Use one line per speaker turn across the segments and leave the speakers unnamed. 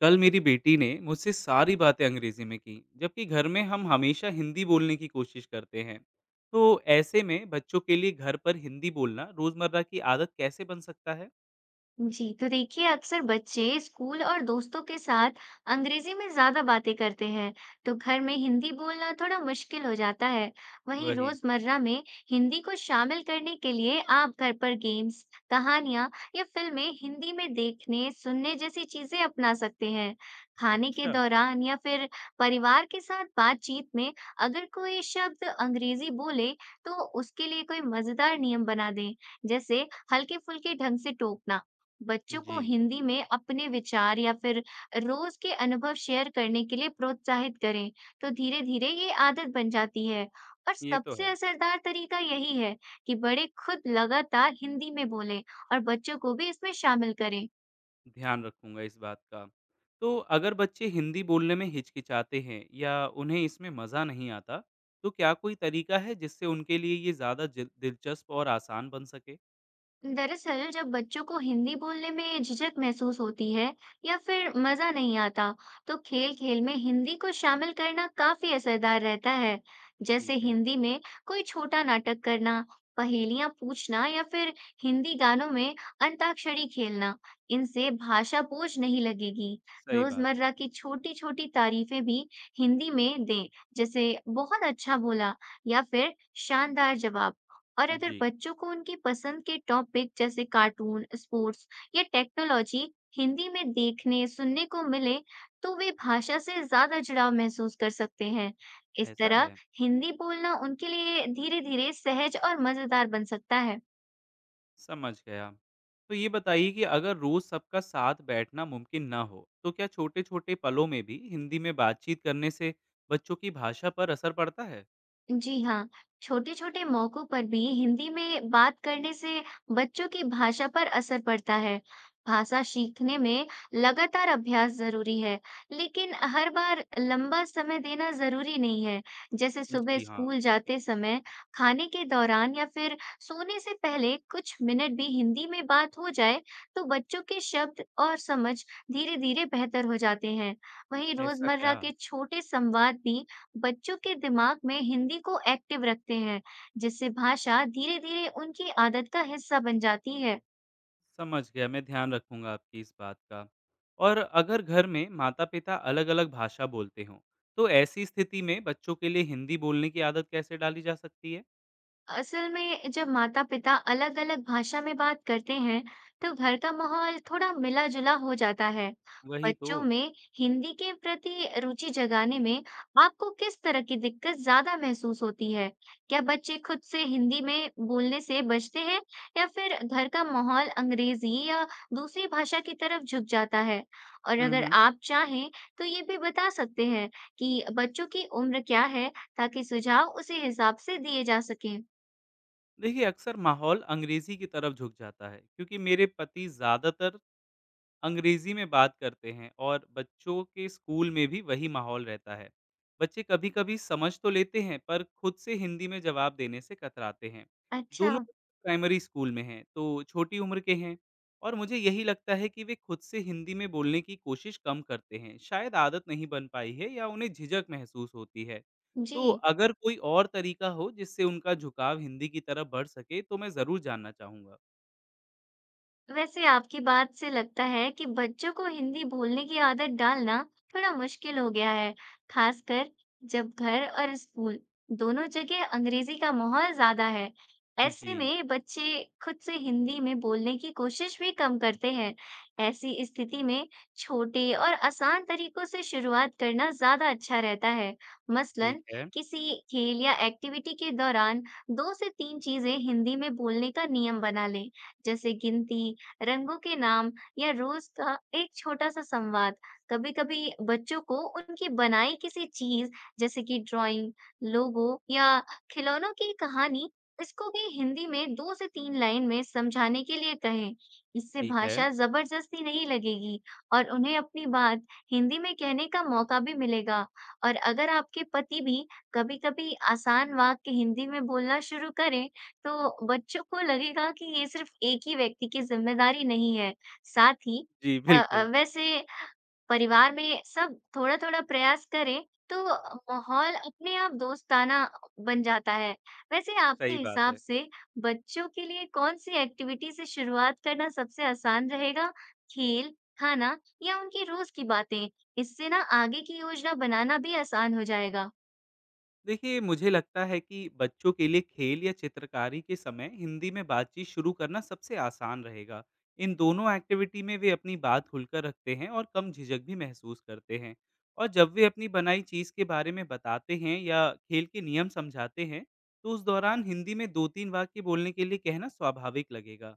कल मेरी बेटी ने मुझसे सारी बातें अंग्रेजी में की, जबकि घर में हम हमेशा हिंदी बोलने की कोशिश करते हैं। तो ऐसे में बच्चों के लिए घर पर हिंदी बोलना रोजमर्रा की आदत कैसे बन सकता है?
जी तो देखिए, अक्सर बच्चे स्कूल और दोस्तों के साथ अंग्रेजी में ज्यादा बातें करते हैं, तो घर में हिंदी बोलना थोड़ा मुश्किल हो जाता है। वहीं
वही।
रोजमर्रा में हिंदी को शामिल करने के लिए आप घर पर गेम्स, कहानियां या फिल्में हिंदी में देखने सुनने जैसी चीजें अपना सकते हैं। खाने के
अच्छा।
दौरान या फिर परिवार के साथ बातचीत में अगर कोई शब्द अंग्रेजी बोले, तो उसके लिए कोई मजेदार नियम बना दें, जैसे हल्के फुल्के ढंग से टोकना। बच्चों
जी,
को हिंदी में अपने विचार या फिर रोज के अनुभव शेयर करने के लिए प्रोत्साहित करें, तो धीरे-धीरे ये आदत बन जाती है। और
ये तो
सबसे
है।
असरदार तरीका यही है कि बड़े खुद लगातार हिंदी में बोलें और बच्चों को भी इसमें शामिल करें।
ध्यान रखूंगा इस बात का। तो अगर बच्चे हिंदी बोलने में हिचकिचाते हैं या उन्हें इसमें मज़ा नहीं आता, तो क्या कोई तरीका है जिससे उनके लिए ये ज़्यादा दिलचस्प और आसान बन सके?
दरअसल जब बच्चों को हिंदी बोलने में झिझक महसूस होती है या फिर मजा नहीं आता, तो खेल खेल में हिंदी को शामिल करना काफी असरदार रहता है। जैसे
ठीक है।
हिंदी में कोई छोटा नाटक करना, पहेलियां पूछना या फिर हिंदी गानों में अंताक्षरी खेलना। इनसे भाषा बोझ नहीं लगेगी।
सही बात है।
रोजमर्रा की छोटी छोटी तारीफें भी हिंदी में दें, जैसे बहुत अच्छा बोला या फिर शानदार जवाब। और अगर
जी।
बच्चों को उनकी पसंद के टॉपिक जैसे कार्टून, स्पोर्ट्स या टेक्नोलॉजी हिंदी में देखने, सुनने को मिले, तो वे भाषा से ज्यादा जुड़ाव महसूस कर सकते हैं। इस
ऐसा
तरह
है।
हिंदी बोलना उनके लिए धीरे-धीरे सहज और मजेदार बन सकता है।
समझ गया। तो ये बताइए कि अगर रोज़ सबका साथ बैठना मुमकिन ना हो, तो क्या छोटे-छोटे पलों में भी हिंदी में बातचीत करने से बच्चों की भाषा पर असर पड़ता है?
जी हाँ, छोटे-छोटे मौकों पर भी हिंदी में बात करने से बच्चों की भाषा पर असर पड़ता है। भाषा सीखने में लगातार अभ्यास जरूरी है, लेकिन हर बार लंबा समय देना जरूरी नहीं है। जैसे सुबह
जी हाँ।
स्कूल जाते समय, खाने के दौरान या फिर सोने से पहले कुछ मिनट भी हिंदी में बात हो जाए, तो बच्चों के शब्द और समझ धीरे-धीरे बेहतर हो जाते हैं। वहीं
ऐसा क्या?
रोजमर्रा के छोटे संवाद भी बच्चों के दिमाग में हिंदी को एक्टिव रखते हैं, जिससे भाषा धीरे-धीरे उनकी आदत का हिस्सा बन जाती है।
समझ गया, मैं ध्यान रखूँगा आपकी इस बात का। और अगर घर में माता-पिता अलग-अलग भाषा बोलते हों, तो ऐसी स्थिति में बच्चों के लिए हिंदी बोलने की आदत कैसे डाली जा सकती है?
असल में जब माता-पिता अलग-अलग भाषा में बात करते हैं, तो घर का माहौल थोड़ा मिला-जुला हो जाता है।
वही तो।
बच्चों में हिंदी के प्रति रुचि जगाने में आपको किस तरह की दिक्कत ज्यादा महसूस होती है? क्या बच्चे खुद से हिंदी में बोलने से बचते हैं या फिर घर का माहौल अंग्रेजी या दूसरी भाषा की तरफ झुक जाता है? और
हुँ,
अगर
हुँ।
आप चाहें, तो ये भी बता सकते हैं कि बच्चों की उम्र क्या है, ताकि सुझाव उसी हिसाब से दिए जा सकें।
देखिए, अक्सर माहौल अंग्रेज़ी की तरफ झुक जाता है, क्योंकि मेरे पति ज़्यादातर अंग्रेजी में बात करते हैं और बच्चों के स्कूल में भी वही माहौल रहता है। बच्चे कभी कभी समझ तो लेते हैं, पर खुद से हिंदी में जवाब देने से कतराते हैं।
अच्छा।
दोनों प्राइमरी स्कूल में हैं, तो छोटी उम्र के हैं। और मुझे यही लगता है कि वे खुद से हिंदी में बोलने की कोशिश कम करते हैं। शायद आदत नहीं बन पाई है या उन्हें झिझक महसूस होती है। तो
जी।
अगर कोई और तरीका हो जिससे उनका झुकाव हिंदी की तरफ बढ़ सके, तो मैं ज़रूर जानना चाहूँगा।
वैसे आपकी बात से लगता है कि बच्चों को हिंदी बोलने की आदत डालना थोड़ा मुश्किल हो गया है, खासकर जब घर और स्कूल दोनों जगह अंग्रेजी का माहौल ज्यादा है।
जी।
ऐसे में बच्चे खुद से हिंदी में बोलने की कोशिश भी कम करते हैं। ऐसी स्थिति में छोटे और आसान तरीकों से शुरुआत करना ज्यादा अच्छा रहता है। मसलन
ठीक है।
किसी खेल या एक्टिविटी के दौरान दो से तीन चीजें हिंदी में बोलने का नियम बना लें, जैसे गिनती, रंगों के नाम या रोज का एक छोटा सा संवाद। कभी-कभी बच्चों को उनकी बनाई किसी चीज, जैसे कि ड्राइंग, लोगो या खिलौनों की कहानी, इसको भी हिंदी में दो से तीन लाइन में समझाने के लिए कहें। इससे
ठीक है।
भाषा जबरदस्ती नहीं लगेगी और उन्हें अपनी बात हिंदी में कहने का मौका भी मिलेगा। और अगर आपके पति भी कभी-कभी आसान वाक्य हिंदी में बोलना शुरू करें, तो बच्चों को लगेगा कि ये सिर्फ एक ही व्यक्ति की ज़िम्मेदारी नहीं है। साथ ही
जी बिल्कुल।
वैसे परिवार में सब थोड़ा-थोड़ा प्रयास करें, तो माहौल अपने आप दोस्ताना बन जाता है। वैसे आपके
सही बात
हिसाब
है।
से बच्चों के लिए कौन-सी एक्टिविटी से शुरुआत करना सबसे आसान रहेगा? खेल, खाना या उनकी रोज़ की बातें? इससे ना आगे की योजना बनाना भी आसान हो जाएगा।
देखिए, मुझे लगता है कि बच्चों के लिए खेल या चित्रकारी के समय हिंदी में बातचीत शुरू करना सबसे आसान रहेगा। इन दोनों एक्टिविटी में वे अपनी बात खुलकर रखते हैं और कम झिझक भी महसूस करते हैं। और जब वे अपनी बनाई चीज़ के बारे में बताते हैं या खेल के नियम समझाते हैं, तो उस दौरान हिंदी में 2-3 वाक्य बोलने के लिए कहना स्वाभाविक लगेगा।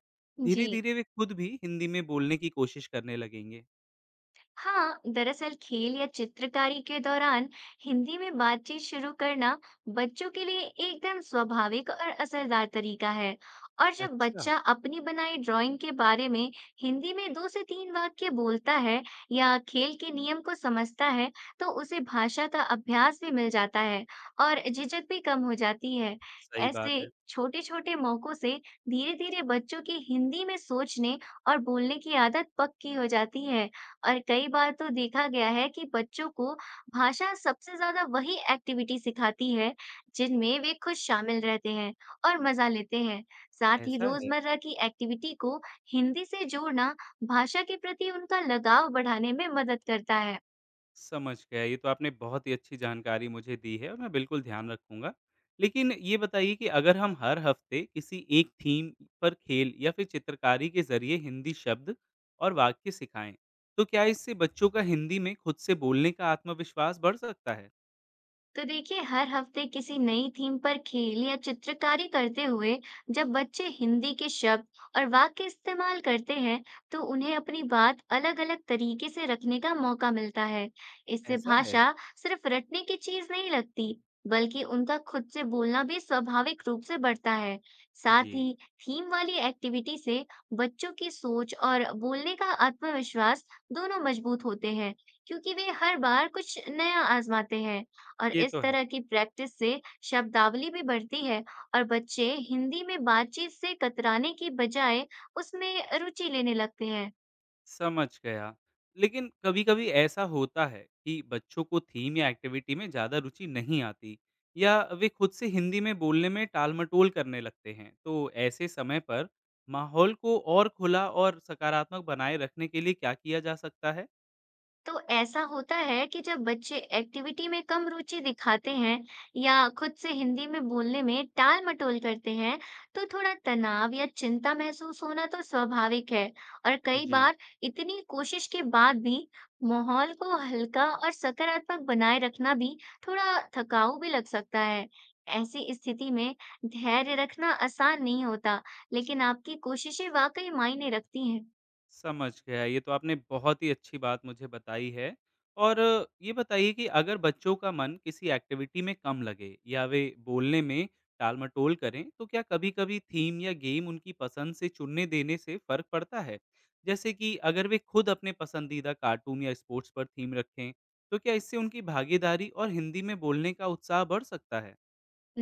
जी।
धीरे-धीरे वे खुद भी हिंदी में बोलने की कोशिश करने लगेंगे।
हाँ, दरअसल खेल या चित्रकारी के दौरान हिंदी में बातचीत शुरू करना बच्चों के लिए एकदम स्वाभाविक और असरदार तरीका है। और जब
अच्छा।
बच्चा अपनी बनाई ड्राइंग के बारे में हिंदी में दो से तीन वाक्य बोलता है या खेल के नियम को समझता है, तो उसे भाषा का अभ्यास भी मिल जाता है और झिझक भी कम हो जाती है।
सही
ऐसे
बात है।
छोटे छोटे मौकों से धीरे धीरे बच्चों की हिंदी में सोचने और बोलने की आदत पक्की हो जाती है। और कई बार तो देखा गया है कि बच्चों को भाषा सबसे ज्यादा वही एक्टिविटी सिखाती है, जिनमें वे खुद शामिल रहते हैं और मजा लेते हैं। साथ ही
ऐसा है।
रोजमर्रा की एक्टिविटी को हिंदी से जोड़ना भाषा के प्रति उनका लगाव बढ़ाने में मदद करता है।
समझ गया, ये तो आपने बहुत ही अच्छी जानकारी मुझे दी है और मैं बिल्कुल ध्यान रखूँगा। लेकिन ये बताइए कि अगर हम हर हफ्ते किसी एक थीम पर खेल या फिर चित्रकारी के ज़रिए हिंदी शब्द और वाक्य सिखाएँ, तो क्या इससे बच्चों का हिंदी में खुद से बोलने का आत्मविश्वास बढ़ सकता है?
तो देखिए, हर हफ्ते किसी नई थीम पर खेल या चित्रकारी करते हुए जब बच्चे हिंदी के शब्द और वाक्य इस्तेमाल करते हैं, तो उन्हें अपनी बात अलग-अलग तरीके से रखने का मौका मिलता है। इससे
ऐसा है?
भाषा सिर्फ रटने की चीज नहीं लगती, बल्कि उनका खुद से बोलना भी स्वाभाविक रूप से बढ़ता है। साथ
जी।
ही थीम वाली एक्टिविटी से बच्चों की सोच और बोलने का आत्मविश्वास दोनों मजबूत होते हैं, क्योंकि वे हर बार कुछ नया आजमाते हैं। और
ये
इस
तो है।
तरह की प्रैक्टिस से शब्दावली भी बढ़ती है और बच्चे हिंदी में बातचीत से कतराने की बजाय उसमें रुचि लेने लगते हैं।
समझ गया। लेकिन कभी-कभी ऐसा होता है कि बच्चों को थीम या एक्टिविटी में ज़्यादा रुचि नहीं आती या वे खुद से हिंदी में बोलने में टाल-मटोल करने लगते हैं। तो ऐसे समय पर माहौल को और खुला और सकारात्मक बनाए रखने के लिए क्या किया जा सकता है?
तो ऐसा होता है कि जब बच्चे एक्टिविटी में कम रुचि दिखाते हैं या खुद से हिंदी में बोलने में टाल मटोल करते हैं, तो थोड़ा तनाव या चिंता महसूस होना तो स्वाभाविक है। और कई
जी।
बार इतनी कोशिश के बाद भी माहौल को हल्का और सकारात्मक बनाए रखना भी थोड़ा थकाऊ भी लग सकता है। ऐसी स्थिति में धैर्य रखना आसान नहीं होता, लेकिन आपकी कोशिशें वाकई मायने रखती हैं।
समझ गया। ये तो आपने बहुत ही अच्छी बात मुझे बताई है। और ये बताइए कि अगर बच्चों का मन किसी एक्टिविटी में कम लगे या वे बोलने में टाल-मटोल करें, तो क्या कभी-कभी थीम या गेम उनकी पसंद से चुनने देने से फ़र्क पड़ता है? जैसे कि अगर वे खुद अपने पसंदीदा कार्टून या स्पोर्ट्स पर थीम रखें, तो क्या इससे उनकी भागीदारी और हिंदी में बोलने का उत्साह बढ़ सकता है?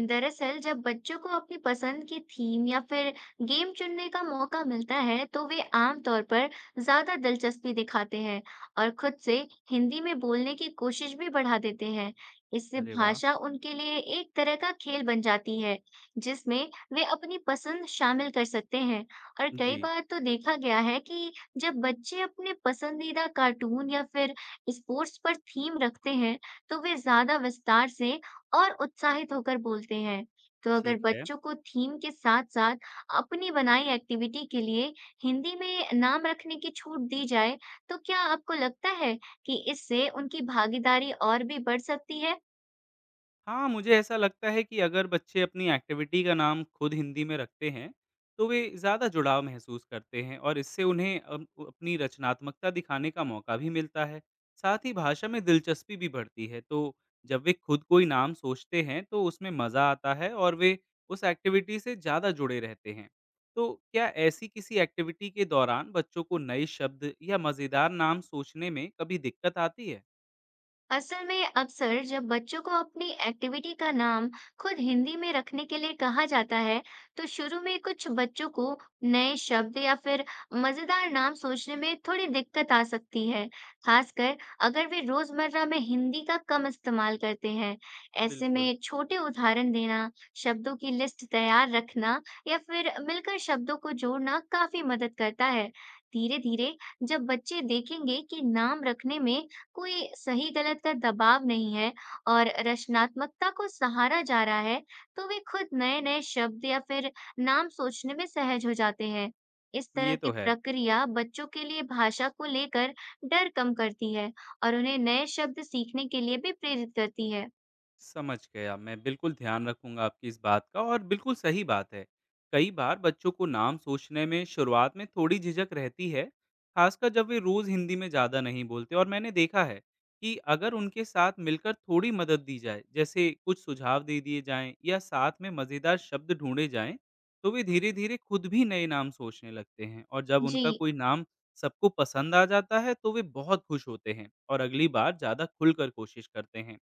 दरअसल जब बच्चों को अपनी पसंद की थीम या फिर गेम चुनने का मौका मिलता है, तो वे आमतौर पर ज्यादा दिलचस्पी दिखाते हैं और खुद से हिंदी में बोलने की कोशिश भी बढ़ा देते हैं। इससे
अरे वाह!
भाषा उनके लिए एक तरह का खेल बन जाती है, जिसमें वे अपनी पसंद शामिल कर सकते हैं। और कई
जी।
बार तो देखा गया है कि जब बच्चे अपने पसंदीदा कार्टून या फिर स्पोर्ट्स पर थीम रखते हैं, तो वे ज्यादा विस्तार से और उत्साहित होकर बोलते हैं। तो अगर
ठीक है।
बच्चों को थीम के साथ-साथ अपनी बनाई एक्टिविटी के लिए हिंदी में नाम रखने की छूट दी जाए, तो क्या आपको लगता है कि इससे उनकी भागीदारी और भी बढ़ सकती है?
हाँ, मुझे ऐसा लगता है कि अगर बच्चे अपनी एक्टिविटी का नाम खुद हिंदी में रखते हैं, तो वे ज़्यादा जुड़ाव महसूस करते हैं और इससे उन्हें अम, उ अपनी रचनात्मकता दिखाने का मौका भी मिलता है। साथ ही भाषा में दिलचस्पी भी बढ़ती है। तो जब वे खुद कोई नाम सोचते हैं, तो उसमें मज़ा आता है और वे उस एक्टिविटी से ज़्यादा जुड़े रहते हैं। तो क्या ऐसी किसी एक्टिविटी के दौरान बच्चों को नए शब्द या मज़ेदार नाम सोचने में कभी दिक्कत आती है?
असल में अक्सर जब बच्चों को अपनी एक्टिविटी का नाम खुद हिंदी में रखने के लिए कहा जाता है, तो शुरू में कुछ बच्चों को नए शब्द या फिर मजेदार नाम सोचने में थोड़ी दिक्कत आ सकती है, खासकर अगर वे रोजमर्रा में हिंदी का कम इस्तेमाल करते हैं। ऐसे
बिल्कुल।
में छोटे उदाहरण देना, शब्दों की लिस्ट तैयार रखना या फिर मिलकर शब्दों को जोड़ना काफी मदद करता है। धीरे धीरे जब बच्चे देखेंगे कि नाम रखने में कोई सही गलत का दबाव नहीं है और रचनात्मकता को सहारा जा रहा है, तो वे खुद नए-नए शब्द या फिर नाम सोचने में सहज हो जाते हैं। इस तरह
ये
की
तो है।
प्रक्रिया बच्चों के लिए भाषा को लेकर डर कम करती है और उन्हें नए शब्द सीखने के लिए भी प्रेरित करती है।
समझ गया, मैं बिल्कुल ध्यान रखूंगा आपकी इस बात का। और बिल्कुल सही बात है, कई बार बच्चों को नाम सोचने में शुरुआत में थोड़ी झिझक रहती है, खासकर जब वे रोज़ हिंदी में ज़्यादा नहीं बोलते। और मैंने देखा है कि अगर उनके साथ मिलकर थोड़ी मदद दी जाए, जैसे कुछ सुझाव दे दिए जाएं या साथ में मज़ेदार शब्द ढूंढे जाएं, तो वे धीरे धीरे खुद भी नए नाम सोचने लगते हैं। और जब
जी,
उनका कोई नाम सबको पसंद आ जाता है, तो वे बहुत खुश होते हैं और अगली बार ज़्यादा खुलकर कोशिश करते हैं।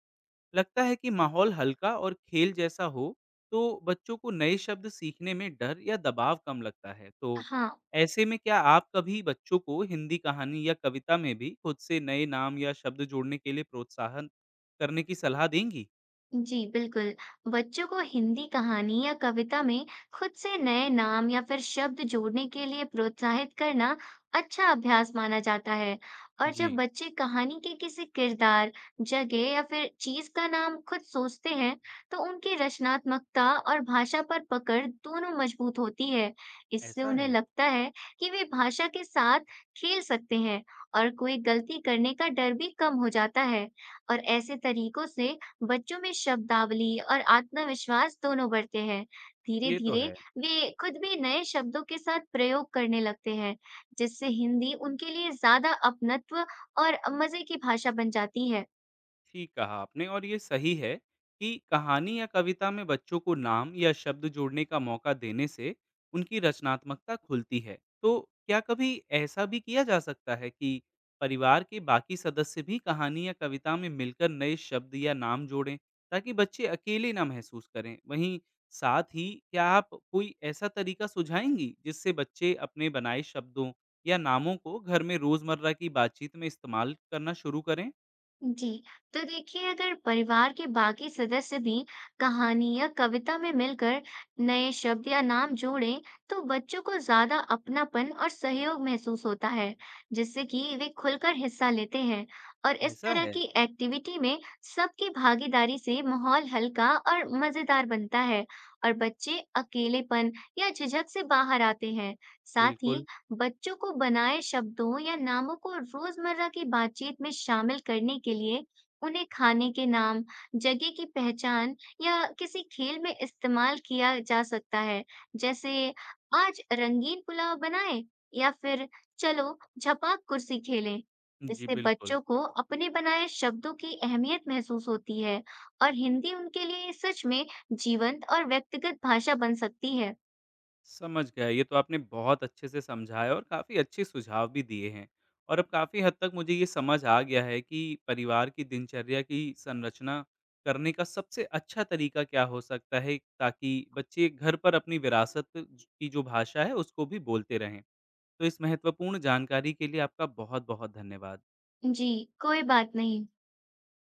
लगता है कि माहौल हल्का और खेल जैसा हो, तो बच्चों को नए शब्द सीखने में डर या दबाव कम लगता है। तो
हाँ।
ऐसे में क्या आप कभी बच्चों को हिंदी कहानी या कविता में भी खुद से नए नाम या शब्द जोड़ने के लिए प्रोत्साहन करने की सलाह देंगी?
जी बिल्कुल, बच्चों को हिंदी कहानी या कविता में खुद से नए नाम या फिर शब्द जोड़ने के लिए प्रोत्साहित करना अच्छा अभ्यास माना जाता है। और
जी।
जब बच्चे कहानी के किसी किरदार, जगह या फिर चीज का नाम खुद सोचते हैं, तो उनकी रचनात्मकता और भाषा पर पकड़ दोनों मजबूत होती है। इससे
ऐसा
उन्हें
है।
लगता है कि वे भाषा के साथ खेल सकते हैं और कोई गलती करने का डर भी कम हो जाता है। और ऐसे तरीकों से बच्चों में शब्दावली और आत्मविश्वास दोनों बढ़ते हैं।
ये तो
धीरे-धीरे
है।
वे खुद भी नए शब्दों के साथ प्रयोग करने लगते हैं, जिससे हिंदी उनके लिए ज्यादा अपनत्व और मजे की भाषा बन जाती है।
ठीक कहा आपने। और ये सही है कि कहानी या कविता में बच्चों को नाम या शब्द जोड़ने का मौका देने से उनकी रचनात्मकता खुलती है। तो क्या कभी ऐसा भी किया जा सकता है कि परिवार के बाकी सदस्य भी कहानी या कविता में मिलकर नए शब्द या नाम जोड़ें, ताकि बच्चे अकेले ना महसूस करें? वहीं साथ ही, क्या आप कोई ऐसा तरीका सुझाएंगी जिससे बच्चे अपने बनाए शब्दों या नामों को घर में रोजमर्रा की बातचीत में इस्तेमाल करना शुरू करें?
जी, तो देखिए, अगर परिवार के बाकी सदस्य भी कहानी या कविता में मिलकर नए शब्द या नाम जोड़ें, तो बच्चों को ज्यादा अपनापन और सहयोग महसूस होता है, जिससे कि वे खुलकर हिस्सा लेते हैं। और इस
ऐसा
तरह
है।
की एक्टिविटी में सबकी भागीदारी से माहौल हल्का और मजेदार बनता है और बच्चे अकेलेपन या झिझक से बाहर आते हैं। साथ
बिल्कुल।
ही बच्चों को बनाए शब्दों या नामों को रोजमर्रा की बातचीत में शामिल करने के लिए उन्हें खाने के नाम, जगह की पहचान या किसी खेल में इस्तेमाल किया जा सकता है। जैसे, आज रंगीन पुलाव बनाएं या फिर चलो झपाक कुर्सी खेलें।
जी,
इससे
बिल्कुल।
बच्चों को अपने बनाए शब्दों की अहमियत महसूस होती है और हिंदी उनके लिए सच में जीवंत और व्यक्तिगत भाषा बन सकती है।
समझ गया, ये तो आपने बहुत अच्छे से समझाया और काफ़ी अच्छे सुझाव भी दिए हैं। और अब काफ़ी हद तक मुझे ये समझ आ गया है कि परिवार की दिनचर्या की संरचना करने का सबसे अच्छा तरीका क्या हो सकता है, ताकि बच्चे घर पर अपनी विरासत ज की जो भाषा है उसको भी बोलते रहें। तो इस महत्वपूर्ण जानकारी के लिए आपका बहुत-बहुत धन्यवाद।
जी, कोई बात नहीं।